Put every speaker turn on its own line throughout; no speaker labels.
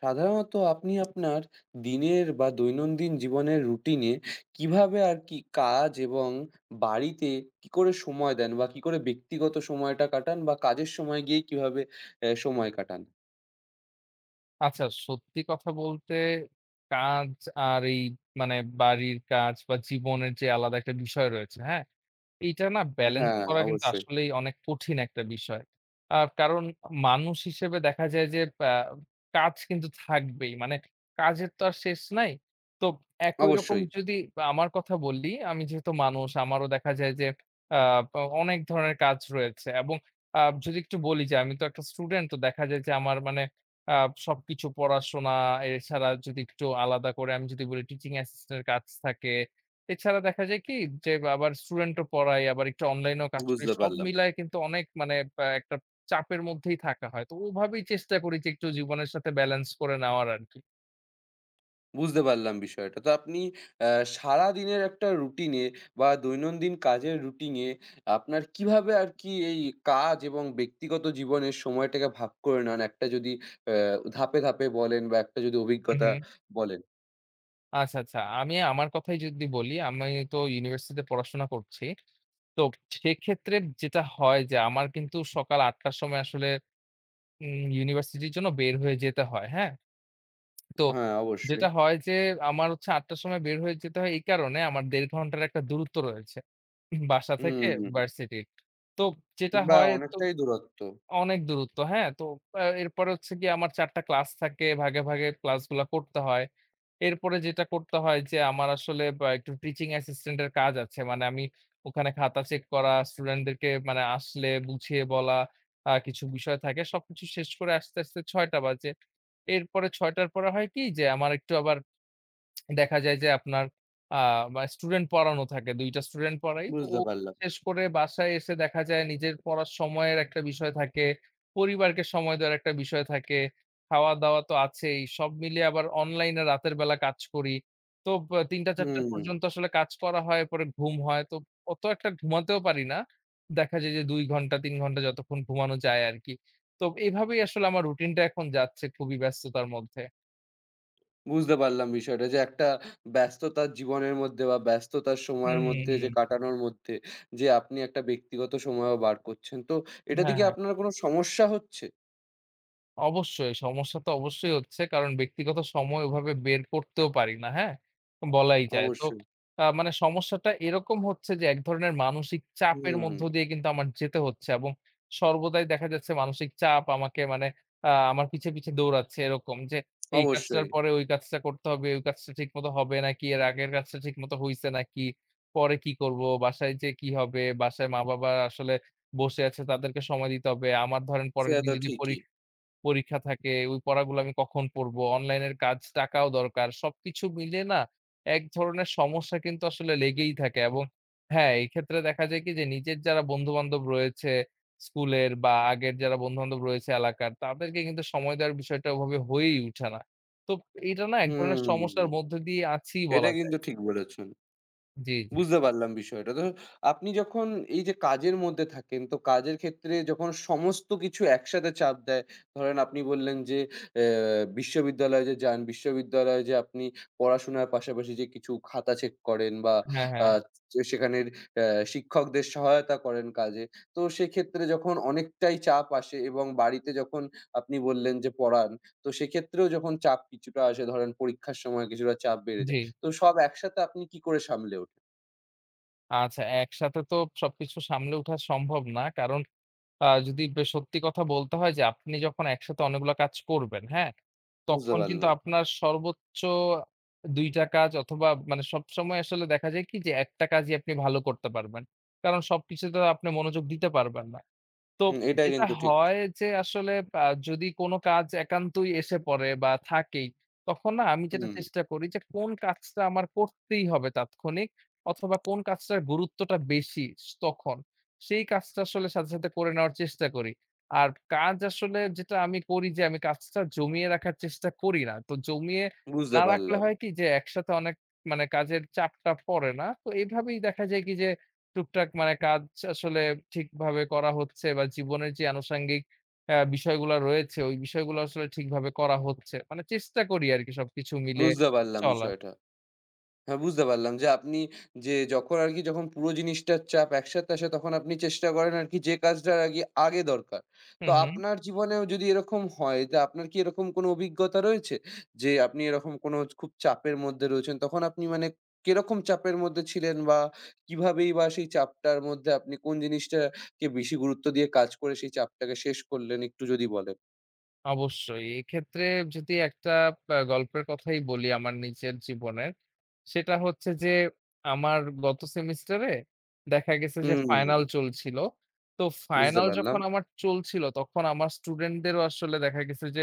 সাধারণত আপনি আপনার দিনের বা দৈনন্দিন জীবনের রুটিনে কিভাবে আর কি কাজ এবং বাড়িতে কি করে সময় দেন? বা কি করে ব্যক্তিগত সময়টা কাটান বা কাজের সময় গিয়ে কিভাবে সময় কাটান?
আচ্ছা, সত্যি কথা বলতে কাজ আর এই মানে বাড়ির কাজ বা জীবনের যে আলাদা একটা বিষয় রয়েছে, হ্যাঁ? এইটা না ব্যালেন্স
হ্যাঁ,
করা কিন্তু
অবশ্যই,
আসলেই অনেক কঠিন একটা বিষয়। কারণ মানুষ হিসেবে দেখা যায় যে আ কাজ কিন্তু থাকবেই। মানে কাজের তো আর শেষ নাই। তো একই রকম
অবশ্যই
যদি আমার কথা বলি, আমি যেহেতু মানুষ আমারও দেখা যায় যে আ অ অনেক ধরনের কাজ রয়েছে এবং যদি একটু বলি যে আমি তো একটা স্টুডেন্ট তো দেখা যায় যে আমার মানে আ সবকিছু পড়াশোনা, এছাড়া যদি একটু আলাদা করে আমি যদি বলি টিচিং অ্যাসিস্ট্যান্ট এর কাজ থাকে। এছাড়া দেখা যায় কি যে আবার স্টুডেন্টও পড়াই, আবার একটু অনলাইনেও কাজ করি।
বুঝতে
সব
পারলাম।
মিলায় কিন্তু অনেক মানে একটা চাপের মধ্যেই থাকা হয়। তো ওভাবেই চেষ্টা করি যে একটু জীবনের সাথে ব্যালেন্স করে নেওয়ার আরকি।
বুঝতে পারলাম বিষয়টা। তো আপনি অ্যা সারাদিনের একটা রুটিনে বা দৈনন্দিন কাজের রুটিনে আপনার কিভাবে আরকি এই কাজ এবং ব্যক্তিগত জীবনের সময়টাকে ভাগ করে নেন? একটা যদি অ্যা ধাপে, ধাপে বলেন বা একটা যদি
হুম,
অভিজ্ঞতা
হুম।
বলেন?
আচ্ছা, আচ্ছা। আমি আমার কথাই যদি বলি, আমি তো ইউনিভার্সিটিতে পড়াশোনা করছি। তো সেক্ষেত্রে যেটা হয় যে আমার কিন্তু সকাল ৮ টার সময় আসলে ইউনিভার্সিটির জন্য বের হয়ে যেতে হয়। হ্যাঁ? তো
হ্যাঁ, অবশ্যই।
যেটা হয় যে আমার হচ্ছে ৮ টার সময় বের হয়ে যেতে হয় এই কারণে আমার ১.৫ ঘন্টার একটা দূরত্ব রয়েছে বাসা থেকে
হুম,
ভার্সিটির। তো যেটা
বা
হয় তো
অনেকটাই দূরত্ব।
অনেক দূরত্ব, হ্যাঁ? তো এরপরে হচ্ছে গিয়ে আমার ৪ টা ক্লাস থাকে। ভাগে, ভাগে ক্লাসগুলা করতে হয়। এরপরে যেটা করতে হয় যে আমার আসলে বা একটু টিচিং অ্যাসিস্ট্যান্ট এর কাজ আছে। মানে আমি ওখানে খাতা চেক করা, স্টুডেন্টদেরকে মানে আসলে বুঝিয়ে বলা, কিছু বিষয় থাকে। সবকিছু শেষ করে আসতে, আসতে ৬ টা বাজে। এরপরে ৬ টার পরে হয় কি যে আমার একটু আবার দেখা যায় যে আপনার আ বা স্টুডেন্ট পড়ানো থাকে। ২ টা স্টুডেন্ট পড়াই। তো
বুঝতে
ও
পারলাম।
শেষ করে বাসায় এসে দেখা যায় নিজের পড়ার সময়ের একটা বিষয় থাকে, পরিবারকে সময় দেওয়ার একটা বিষয় থাকে। খাওয়া-দাওয়া তো আছেই। সব মিলিয়ে আবার অনলাইনে রাতের বেলা কাজ করি। তো বা ৩ঃ০০ ৪ঃ০০
হুম।
পর্যন্ত আসলে কাজ করা হয়, পরে ঘুম হয়। তো অত একটা ঘুমাতেও পারি না। দেখা যায় যে ২ ঘন্টা ৩ ঘন্টা যতক্ষণ ঘুমানো যায় আরকি। তো এভাবেই আসলে আমার রুটিনটা এখন যাচ্ছে খুবই ব্যস্ততার মধ্যে।
বুঝতে পারলাম বিষয়টা যে একটা ব্যস্ততার জীবনের মধ্যে বা ব্যস্ততার সময়ের
হুম, হুম,
মধ্যে যে
হুম।
কাটানোর মধ্যে যে আপনি একটা ব্যক্তিগত সময়ও বার করছেন। তো এটাতে
হ্যাঁ,
কি
হ্যাঁ।
আপনার কোনো সমস্যা হচ্ছে?
অবশ্যই, সমস্যা তো অবশ্যই হচ্ছে। কারণ ব্যক্তিগত সময় ওভাবে বের করতেও পারি না, হ্যাঁ? বলাই যায়। তো
অবশ্যই।
মানে সমস্যাটা এরকম হচ্ছে যে এক ধরনের মানসিক চাপের
হুম,
মধ্য দিয়ে কিন্তু আমার যেতে হচ্ছে এবং সর্বদাই দেখা যাচ্ছে মানসিক চাপ আমাকে মানে আমার পিছে, পিছে দৌড়াচ্ছে এরকম যে এই
অবশ্যই।
কাজটার পরে ওই কাজটা করতে হবে, ওই কাজটা ঠিকমতো হবে নাকি, এর আগের কাজটা ঠিকমতো হইছে নাকি, পরে কি করব, বাসায় যেয়ে কি হবে, বাসায় মা-বাবা আসলে বসে আছে তাদেরকে সময় দিতে হবে। আমার ধরেন পরের
সেটা
দিন
তো
যদি
ঠিকই।
পরীক্ষা পরীক্ষা থাকে, ওই পড়াগুলো আমি কখন পড়বো, অনলাইনের কাজ, টাকাও দরকার। সবকিছু মিলিয়ে না এক ধরনের সমস্যা কিন্তু আসলে লেগেই থাকে এবং হ্যাঁ, এই ক্ষেত্রে দেখা যায় কি যে নিজের যারা বন্ধু-বান্ধব রয়েছে স্কুলের বা আগের যারা বন্ধু-বান্ধব রয়েছে এলাকার, তাদেরকে কিন্তু সময় দেওয়ার বিষয়টা ওভাবে হয়েই উঠে না। তো এটা না এক ধরনের সমস্যার
হুম,
মধ্য দিয়ে আছি
এটা
বলা যায়।
কিন্তু ঠিক বলেছেন।
জি, জি।
বুঝতে পারলাম বিষয়টা। তো আপনি যখন এই যে কাজের মধ্যে থাকেন, তো কাজের ক্ষেত্রে যখন সমস্ত কিছু একসাথে চাপ দেয়, ধরেন আপনি বললেন যে অ্যা বিশ্ববিদ্যালয়ে যে যান, বিশ্ববিদ্যালয়ে যে আপনি পড়াশোনার পাশাপাশি যে কিছু খাতা চেক করেন বা
হ্যাঁ,
আ
হ্যাঁ।
যে সেখানের অ্যা শিক্ষকদের সহায়তা করেন কাজে। তো সেক্ষেত্রে যখন অনেকটাই চাপ আসে এবং বাড়িতে যখন আপনি বললেন যে পড়ান, তো সেক্ষেত্রেও যখন চাপ কিছুটা আসে ধরেন পরীক্ষার সময় কিছুটা চাপ বেড়ে
জি।
যায়। তো সব একসাথে আপনি কি করে সামলে ওঠেন?
আচ্ছা একসাথে তো সবকিছু সামলে ওঠা সম্ভব না। কারণ আ যদি বে সত্যি কথা বলতে হয় যে আপনি যখন একসাথে অনেকগুলা কাজ করবেন, হ্যাঁ?
বুঝতে
তখন কিন্তু
পারলাম।
আপনার সর্বোচ্চ ২ টা কাজ অথবা মানে সবসময় আসলে দেখা যায় কি যে একটা কাজই আপনি ভালো করতে পারবেন। কারণ সবকিছুতে তো আপনি মনোযোগ দিতে পারবেন না। তো
হুম, এটা
যেটা
কিন্তু ঠিক।
হয় যে আসলে যদি কোন কাজ একান্তই এসে পড়ে বা থাকেই, তখন না আমি যেটা
হুম,
চেষ্টা করি যে কোন কাজটা আমার করতেই হবে তাৎক্ষণিক অথবা কোন কাজটার গুরুত্বটা বেশি তখন। সেই কাজটা আসলে সাথে, সাথে করে নেওয়ার চেষ্টা করি। আর কাজ আসলে যেটা আমি করি যে আমি কাজটা জমিয়ে রাখার চেষ্টা করি না। তো জমিয়ে
বুঝতে
না রাখলে
পারলাম।
হয় কি যে একসাথে অনেক মানে কাজের চাপটা পড়ে না। তো এভাবেই দেখা যায় কি যে টুকটাক মানে কাজ আসলে ঠিকভাবে করা হচ্ছে বা জীবনের যে আনুষঙ্গিক বিষয়গুলা রয়েছে, ওই বিষয়গুলো আসলে ঠিকভাবে করা হচ্ছে। মানে চেষ্টা করি আরকি সবকিছু মিলিয়ে
বুঝতে পারলাম
চলার।
বিষয়টা। হ্যাঁ, বুঝতে পারলাম যে আপনি যে যখন আরকি যখন পুরো জিনিসটার চাপ একসাথে আসে তখন আপনি চেষ্টা করেন আরকি যে কাজটার আগে আগে দরকার।
হু,
তো
হু।
আপনার জীবনেও যদি এরকম হয় যে আপনার কি এরকম কোনো অভিজ্ঞতা রয়েছে? যে আপনি এরকম কোনো খুব চাপের মধ্যে রয়েছেন তখন আপনি মানে কিরকম চাপের মধ্যে ছিলেন বা কিভাবেই বা সেই চাপটার মধ্যে আপনি কোন জিনিসটাকে বেশি গুরুত্ব দিয়ে কাজ করে সেই চাপটাকে শেষ করলেন একটু যদি বলেন?
অবশ্যই। এক্ষেত্রে যদি একটা গল্পের কথাই বলি আমার নিজের জীবনের, সেটা হচ্ছে যে আমার গত সেমিস্টারে দেখা গেছে যে
হুম।
ফাইনাল চলছিল। তো
বুঝতে
ফাইনাল
পারলাম।
যখন আমার চলছিল তখন আমার স্টুডেন্টদেরও আসলে দেখা গেছে যে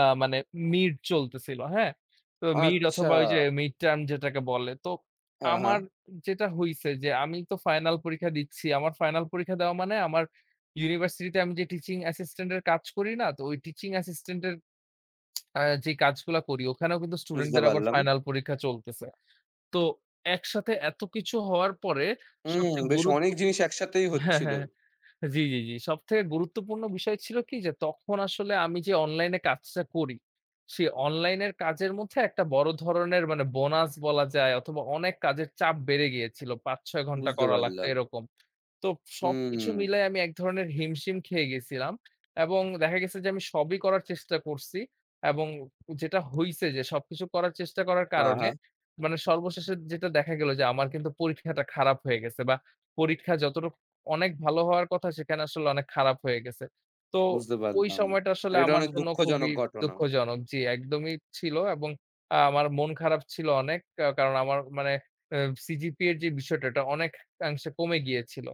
মানে মিড চলতেছিল, হ্যাঁ? তো মিড
আচ্ছা।
অথবা ওই যে মিড টার্ম যেটাকে বলে। তো
হ্যাঁ, হ্যাঁ।
আমার যেটা হইছে যে আমি তো ফাইনাল পরীক্ষা দিচ্ছি। আমার ফাইনাল পরীক্ষা দেওয়া মানে আমার ইউনিভার্সিটিতে আমি যে টিচিং অ্যাসিস্ট্যান্ট এর কাজ করি না? তো ওই টিচিং অ্যাসিস্ট্যান্ট এর যে কাজগুলা করি ওখানেও কিন্তু
বুঝতে
স্টুডেন্টদের আবার
পারলাম।
ফাইনাল পরীক্ষা চলতেছে। তো একসাথে এত কিছু হওয়ার পরে
হুম,
সবচেয়ে
বেশ
গুরুত্ব
অনেক জিনিস একসাথেই
হ্যাঁ,
হচ্ছিল।
হ্যাঁ। জি, জি, জি। সবথেকে গুরুত্বপূর্ণ বিষয় ছিল কি যে তখন আসলে আমি যে অনলাইনে কাজটা করি, সেই অনলাইনের কাজের মধ্যে একটা বড় ধরনের মানে বোনাস বলা যায় অথবা অনেক কাজের চাপ বেড়ে গিয়েছিল। ৫-৬ ঘন্টা
বুঝতে
করা লাগতো
পারলাম।
এরকম। তো সবকিছু
হুম।
মিলায় আমি এক ধরনের হিমশিম খেয়ে গেছিলাম এবং দেখা গেছে যে আমি সবই করার চেষ্টা করছি এবং যেটা হইছে যে সবকিছু করার চেষ্টা করার
হ্যাঁ,
কারণে
হ্যাঁ।
মানে সর্বশেষে যেটা দেখা গেল যে আমার কিন্তু পরীক্ষাটা খারাপ হয়ে গেছে বা পরীক্ষা যতটুকু অনেক ভালো হওয়ার কথা সেখানে আসলে অনেক খারাপ হয়ে গেছে। তো
বুঝতে
ওই
পারলাম।
সময়টা আসলে
এটা
আমার
অনেক
জন্য খুবই
দুঃখজনক ঘটনা।
দুঃখজনক। জি, একদমই ছিল এবং আমার মন খারাপ ছিল অনেক। কারণ আমার মানে অ্যা সিজিপিএর যে বিষয়টা এটা অনেকাংশে কমে গিয়েছিল।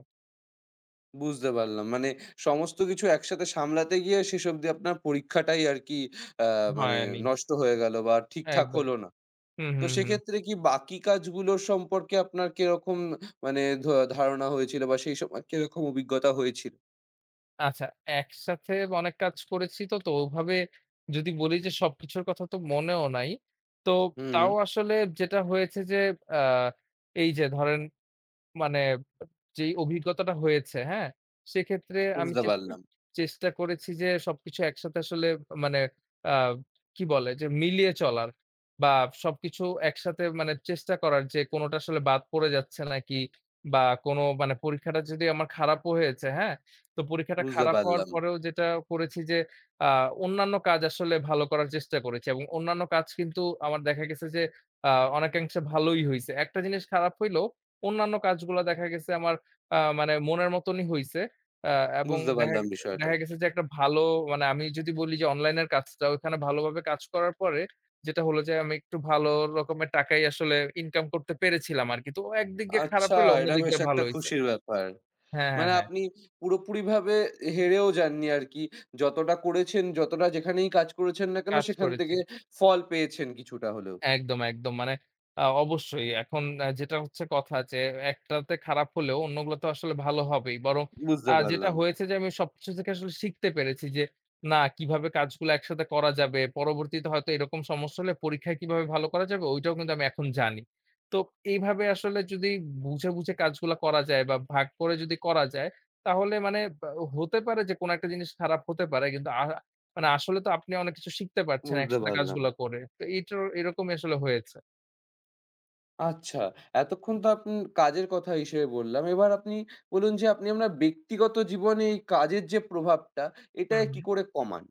বুঝতে পারলাম। মানে সমস্ত কিছু একসাথে সামলাতে গিয়ে শেষ অবধি আপনার পরীক্ষাটাই আরকি আ মানে
হয়নি।
নষ্ট হয়ে গেল বা ঠিকঠাক
একদম।
হলো না।
হুম,
তো
হুম, হুম।
সেক্ষেত্রে কি বাকি কাজগুলোর সম্পর্কে আপনার কিরকম মানে ধারণা হয়েছিল বা সেই সময় কিরকম অভিজ্ঞতা হয়েছিল?
আচ্ছা, একসাথে অনেক কাজ করেছি তো, তো ওভাবে যদি বলি যে সবকিছুর কথা তো মনেও নাই। তো
হুম,
তাও আসলে যেটা হয়েছে যে আ এই যে ধরেন মানে যেই অভিজ্ঞতাটা হয়েছে, হ্যাঁ? সেক্ষেত্রে আমি
বুঝতে
চেষ্টা
পারলাম,
চেষ্টা করেছি যে সবকিছু একসাথে আসলে মানে আ কি বলে? যে মিলিয়ে চলার বা সবকিছু একসাথে মানে চেষ্টা করার যে কোনটা আসলে বাদ পড়ে যাচ্ছে নাকি বা কোন মানে পরীক্ষাটা যদি আমার খারাপও হয়েছে, হ্যাঁ? তো পরীক্ষাটা
বুঝতে
খারাপ হওয়ার
পারলাম।
পরেও যেটা করেছি যে আ অন্যান্য কাজ আসলে ভালো করার চেষ্টা করেছি এবং অন্যান্য কাজ কিন্তু আমার দেখা গেছে যে আ অনেকাংশে ভালোই হইছে। একটা জিনিস খারাপ হইলেও অন্যান্য কাজগুলা দেখা গেছে আমার মানে মনের মতনই হইছে। আ এবং
বুঝতে
দেখা
পারলাম বিষয়টা।
দেখা গেছে যে একটা ভালো মানে আমি যদি বলি যে অনলাইনের কাজটা ওখানে ভালোভাবে কাজ করার পরে যেটা হলো যে আমি একটু ভালো রকমের টাকাই আসলে ইনকাম করতে পেরেছিলাম আরকি। তো একদিক দিয়ে খারাপ
আচ্ছা,
হইলো অন্য
এটা
দিক
বেশ
দিয়ে
একটা
ভালো হইছে।
খুশির ব্যাপার।
হ্যাঁ, হ্যাঁ,
মানে
হ্যাঁ।
আপনি পুরোপুরিভাবে হেরেও যাননি আরকি। যতটা করেছেন, যতটা যেখানেই কাজ করেছেন না কেন
কাজ
সেখান
করেছি।
থেকে ফল পেয়েছেন কিছুটা হলেও।
একদম, একদম। মানে অবশ্যই এখন যেটা হচ্ছে কথা যে একটাতে খারাপ হলেও অন্যগুলো তো আসলে ভালো হবেই। বরং
বুঝতে
যেটা
পারলাম,
হয়েছে যে আমি সবকিছু থেকে আসলে শিখতে পেরেছি যে না কিভাবে কাজগুলো একসাথে করা যাবে। পরবর্তীতে হয়তো এরকম সমস্যা হলে পরীক্ষায় কিভাবে ভালো করা যাবে ওইটাও কিন্তু আমি এখন জানি। তো এইভাবে আসলে যদি বুঝে, বুঝে কাজগুলা করা যায় বা ভাগ করে যদি করা যায় তাহলে মানে বা হতে পারে যে কোনো একটা জিনিস খারাপ হতে পারে কিন্তু মানে আসলে তো আপনি অনেক কিছু শিখতে পারছেন
বুঝতে
একসাথে
পারলাম।
কাজগুলা করে। তো এইটার এরকমই আসলে হয়েছে।
আচ্ছা, এতক্ষণ তো আপনি কাজের কথা হিসেবে বললাম। এবার আপনি বলুন যে আপনি আপনার ব্যক্তিগত জীবনে এই কাজের যে প্রভাবটা, এটা
হুম,
কি
হুম।
করে কমান?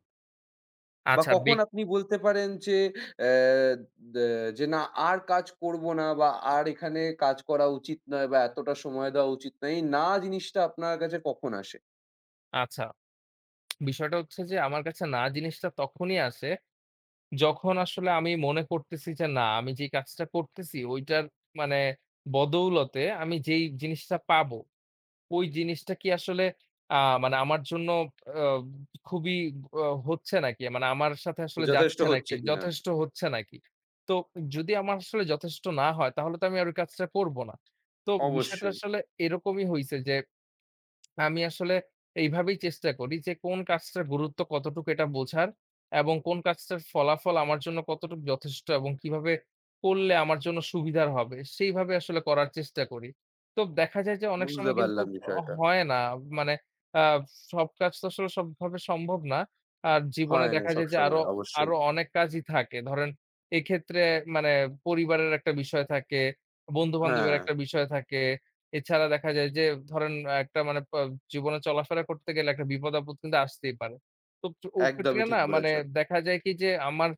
বা
আচ্ছা
কখন
বেক
আপনি বলতে পারেন যে অ্যা দ্যা যে না আর কাজ করব না বা আর এখানে কাজ করা উচিত নয় বা এতটা সময় দেওয়া উচিত নয়। এই না জিনিসটা আপনার কাছে কখন আসে?
আচ্ছা বিষয়টা হচ্ছে যে আমার কাছে না জিনিসটা তখনই আসে যখন আসলে আমি মনে করতেছি যে না আমি যে কাজটা করতেছি ওইটার মানে বদৌলতে আমি যেই জিনিসটা পাবো ওই জিনিসটা কি আসলে আ মানে আমার জন্য আ খুবই আ হচ্ছে নাকি? মানে আমার সাথে আসলে
যথেষ্ট
যাচ্ছে
হচ্ছে
নাকি?
কিনা?
যথেষ্ট হচ্ছে নাকি? তো যদি আমার আসলে যথেষ্ট না হয় তাহলে তো আমি আর ওই কাজটা করব না। তো বিষয়টা
অবশ্যই।
আসলে এরকমই হইছে যে আমি আসলে এইভাবেই চেষ্টা করি যে কোন কাজটার গুরুত্ব কতটুকু এটা বোঝার এবং কোন কাজটার ফলাফল আমার জন্য কতটুকু যথেষ্ট এবং কিভাবে করলে আমার জন্য সুবিধার হবে সেইভাবে আসলে করার চেষ্টা করি। তো দেখা যায় যে অনেক
বুঝতে
সময় কিন্তু
পারলাম বিষয়টা।
হয় না। মানে আ সব কাজ তো আসলে সবভাবে সম্ভব না। আর জীবনে
হয় না
দেখা যায় যে আরো,
সবসময় অবশ্যই।
আরো অনেক কাজই থাকে। ধরেন এক্ষেত্রে মানে পরিবারের একটা বিষয় থাকে, বন্ধু-বান্ধবের
হ্যাঁ,
একটা বিষয় থাকে। এছাড়া দেখা যায় যে ধরেন একটা মানে জীবনে চলাফেরা করতে গেলে একটা বিপদ-আপদ কিন্তু আসতেই পারে। তো ও ক্ষেত্রে
একদমই ঠিক
না মানে
বলেছেন।
দেখা যায় কি যে আমার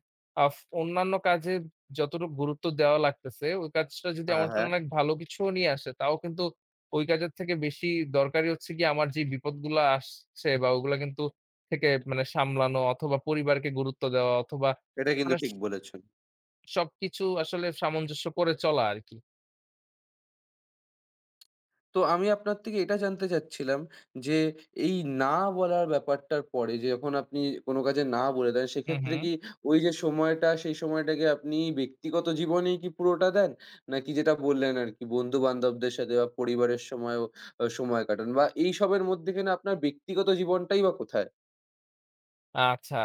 আফ অন্যান্য কাজে যতটুকু গুরুত্ব দেওয়া লাগতেছে, ওই কাজটা যদি
হ্যাঁ,
আমার জন্য
হ্যাঁ।
অনেক ভালো কিছুও নিয়ে আসে, তাও কিন্তু ওই কাজের থেকে বেশি দরকারি হচ্ছে গিয়ে আমার যে বিপদগুলা আসছে বা ওগুলা কিন্তু থেকে মানে সামলানো অথবা পরিবারকে গুরুত্ব দেওয়া অথবা
এটা কিন্তু
মানে
ঠিক বলেছেন।
সবকিছু আসলে সামঞ্জস্য করে চলা আরকি।
তো আমি আপনার থেকে এটা জানতে চাচ্ছিলাম যে, এই না বলার ব্যাপারটার পরে যে যখন আপনি কোনো কাজে না বলে দেন,
হু,
সেক্ষেত্রে
হু।
কি ওই যে সময়টা, সেই সময়টাকে আপনি ব্যক্তিগত জীবনেই কি পুরোটা দেন? নাকি যেটা বললেন আরকি বন্ধু-বান্ধবদের সাথে বা পরিবারের সময়ও সময় কাটান বা এইসবের মধ্যিখানে আপনার ব্যক্তিগত জীবনটাই বা কোথায়?
আচ্ছা।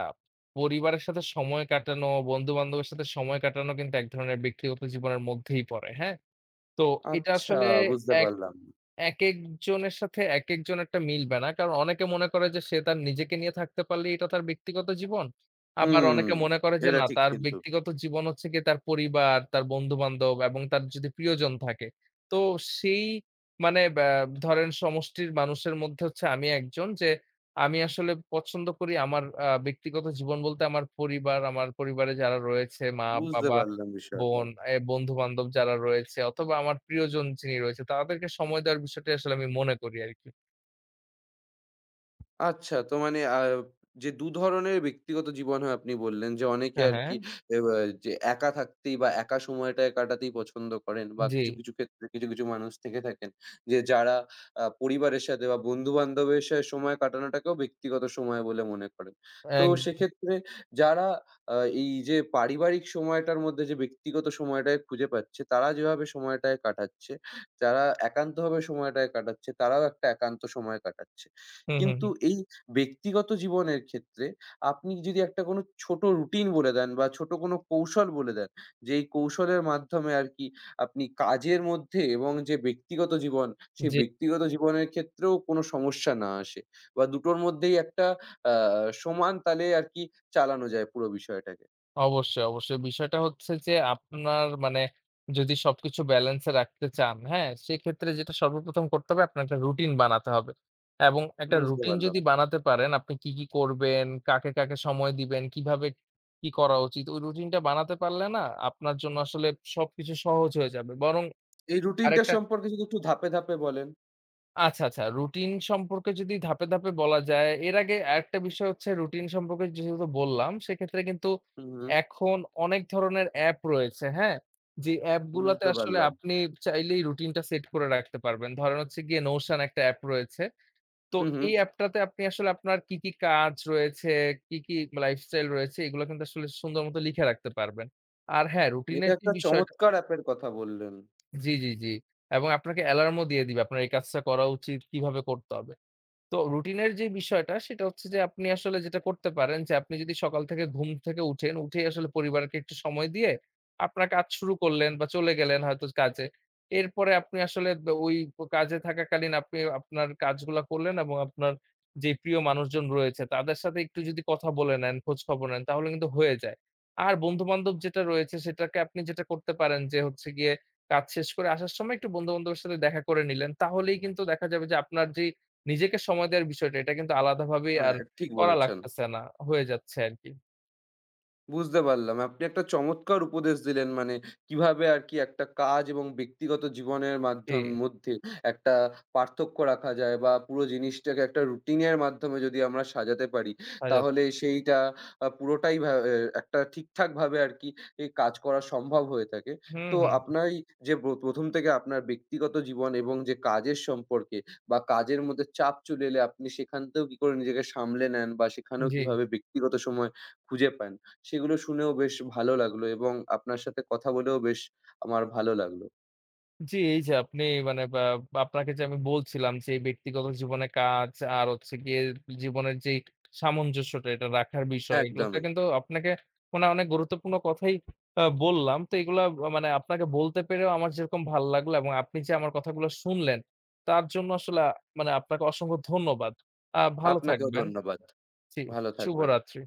পরিবারের সাথে সময় কাটানো, বন্ধু-বান্ধবের সাথে সময় কাটানো কিন্তু এক ধরনের ব্যক্তিগত জীবনের মধ্যেই পড়ে। হ্যাঁ? তো এটা
আচ্ছা
আসলে
বুঝতে
এক
পারলাম।
একেকজনের সাথে একেকজন একটা মিলবে না। কারণ অনেকে মনে করে যে সে তার নিজেকে নিয়ে থাকতে পারলেই এটা তার ব্যক্তিগত জীবন। আবার
হুম,
অনেকে মনে করে যে
এটা
না
ঠিক
তার
কিন্তু।
ব্যক্তিগত জীবন হচ্ছে গিয়ে তার পরিবার, তার বন্ধু-বান্ধব এবং তার যদি প্রিয়জন থাকে। তো সেই মানে ধরেন সমষ্টির মানুষের মধ্যে হচ্ছে আমি একজন যে আমি আসলে পছন্দ করি আমার ব্যক্তিগত জীবন বলতে আমার পরিবার, আমার পরিবারে যারা রয়েছে
বুঝতে
মা-বাবা
পারলাম বিষয়টা।
বোন, বন্ধু-বান্ধব যারা রয়েছে অথবা আমার প্রিয়জন যিনি রয়েছে তাদেরকে সময় দেওয়ার বিষয়টি আসলে আমি মনে করি আরকি।
আচ্ছা তো মানে যে ২ ধরনের ব্যক্তিগত জীবন হয় আপনি বললেন যে অনেকে
হ্যাঁ, হ্যাঁ।
আরকি বা যে একা থাকতেই বা একা সময়টায় কাটাতেই পছন্দ করেন বা
জি।
কিছু, কিছু ক্ষেত্রে কিছু, কিছু মানুষ থেকে থাকেন যে যারা পরিবারের সাথে বা বন্ধু-বান্ধবের সাথে সময় কাটানোটাকেও ব্যক্তিগত সময় বলে মনে করেন। তো
এক
সেক্ষেত্রে যারা এই যে পারিবারিক সময়টার মধ্যে যে ব্যক্তিগত সময়টাকে খুঁজে পাচ্ছে তারা যেভাবে সময়টায় কাটাচ্ছে, যারা একান্তভাবে সময়টায় কাটাচ্ছে তারাও একটা একান্ত সময় কাটাচ্ছে।
হুম, হুম,
কিন্তু
হুম।
এই ব্যক্তিগত জীবনের ক্ষেত্রে আপনি যদি একটা কোনো ছোট রুটিন বলে দেন বা ছোট কোনো কৌশল বলে দেন, যে এই কৌশলের মাধ্যমে আরকি আপনি কাজের মধ্যে এবং যে ব্যক্তিগত জীবন, সেই
জি,
ব্যক্তিগত জীবনের ক্ষেত্রেও কোনো সমস্যা না আসে বা দুটোর মধ্যেই একটা আ সমান তালে আরকি চালানো যায় পুরো বিষয়টাকে।
অবশ্যই, অবশ্যই। বিষয়টা হচ্ছে যে আপনার মানে যদি সবকিছু ব্যালেন্স এ রাখতে চান, হ্যাঁ? সেক্ষেত্রে যেটা সর্বপ্রথম করতে হবে আপনার একটা রুটিন বানাতে হবে। এবং একটা
বুঝতে
রুটিন
পারলাম।
যদি বানাতে পারেন আপনি কি, কি করবেন, কাকে, কাকে সময় দিবেন, কিভাবে কি করা উচিত ওই রুটিনটা বানাতে পারলে না আপনার জন্য আসলে সবকিছু সহজ হয়ে যাবে। বরং
এই রুটিনটা
আরেকটা
সম্পর্কে যদি একটু ধাপে, ধাপে বলেন।
আচ্ছা, আচ্ছা। রুটিন সম্পর্কে যদি ধাপে, ধাপে বলা যায়, এর আগে আরেকটা বিষয় হচ্ছে রুটিন সম্পর্কে যেহেতু বললাম, সেক্ষেত্রে কিন্তু
হুম, হুম।
এখন অনেক ধরনের অ্যাপ রয়েছে, হ্যাঁ? যে অ্যাপগুলাতে
বুঝতে
আসলে
পারলাম।
আপনি চাইলেই রুটিনটা সেট করে রাখতে পারবেন। ধরেন হচ্ছে গিয়ে Notion একটা অ্যাপ রয়েছে। তো
হুম, হুম।
এই অ্যাপটাতে আপনি আসলে আপনার কি, কি কাজ রয়েছে, কি, কি লাইফস্টাইল রয়েছে, এগুলো কিন্তু আসলে সুন্দর মতো লিখে রাখতে পারবেন। আর হ্যাঁ,
এটা
রুটিনের যে
একটা
বিষয়টা
চমৎকার অ্যাপের কথা বললেন।
জি, জি, জি। এবং আপনাকে অ্যালার্মও দিয়ে দিবে। আপনার এই কাজটা করা উচিত, কিভাবে করতে হবে। তো রুটিনের যে বিষয়টা সেটা হচ্ছে যে আপনি আসলে যেটা করতে পারেন যে আপনি যদি সকাল থেকে ঘুম থেকে উঠেন, উঠেই আসলে পরিবারকে একটু সময় দিয়ে আপনার কাজ শুরু করলেন বা চলে গেলেন হয়তো কাজে। এরপরে আপনি আসলে ওই কাজে থাকাকালীন আপনি আপনার কাজগুলা করলেন এবং আপনার যে প্রিয় মানুষজন রয়েছে তাদের সাথে একটু যদি কথা বলে নেন, খোঁজখবর নেন তাহলে কিন্তু হয়ে যায়। আর বন্ধু-বান্ধব যেটা রয়েছে সেটাকে আপনি যেটা করতে পারেন যে হচ্ছে গিয়ে কাজ শেষ করে আসার সময় একটু বন্ধু-বান্ধবের সাথে দেখা করে নিলেন। তাহলেই কিন্তু দেখা যাবে যে আপনার যেই নিজেকে সময় দেওয়ার বিষয়টা এটা কিন্তু আলাদাভাবেই
হ্যাঁ,
আর
ঠিক
করা
বলেছেন।
লাগতেছে না। হয়ে যাচ্ছে আরকি।
বুঝতে পারলাম। আপনি একটা চমৎকার উপদেশ দিলেন মানে কিভাবে আরকি একটা কাজ এবং ব্যক্তিগত জীবনের
জি,
মাধ্যম মধ্যে একটা পার্থক্য রাখা যায় বা পুরো জিনিসটাকে একটা রুটিনের মাধ্যমে যদি আমরা সাজাতে পারি,
হাজার
তাহলে সেইটা পুরোটাই ভা এ একটা ঠিকঠাকভাবে আরকি এই কাজ করা সম্ভব হয়ে থাকে।
হুম,
তো
হুম।
আপনার এই যে ১ম থেকে আপনার ব্যক্তিগত জীবন এবং যে কাজের সম্পর্কে বা কাজের মধ্যে চাপ চলে এলে আপনি সেখান থেকেও কি করে নিজেকে সামলে নেন বা সেখানেও
জি।
কিভাবে ব্যক্তিগত সময় খুঁজে পান? সেগুলো শুনেও বেশ ভালো লাগলো এবং আপনার সাথে কথা বলেও বেশ আমার ভালো লাগলো।
জি, এই যে আপনি মানে বা আপনাকে যে আমি বলছিলাম যে ব্যক্তিগত জীবনে কাজ আর হচ্ছে গিয়ে জীবনের যেই সামঞ্জস্যটা এটা রাখার বিষয় এগুলোতে
একদমই।
কিন্তু আপনাকে মনে হয় অনেক গুরুত্বপূর্ণ কথাই বললাম। তো এগুলা মানে আপনাকে বলতে পেরেও আমার যেরকম ভাল লাগলো এবং আপনি যে আমার কথাগুলো শুনলেন তার জন্য আসলে মানে আপনাকে অসংখ্য ধন্যবাদ। ভালো
আপনাকেও
থাকবেন।
ধন্যবাদ।
জি,
ভালো থাকবেন।
শুভরাত্রি।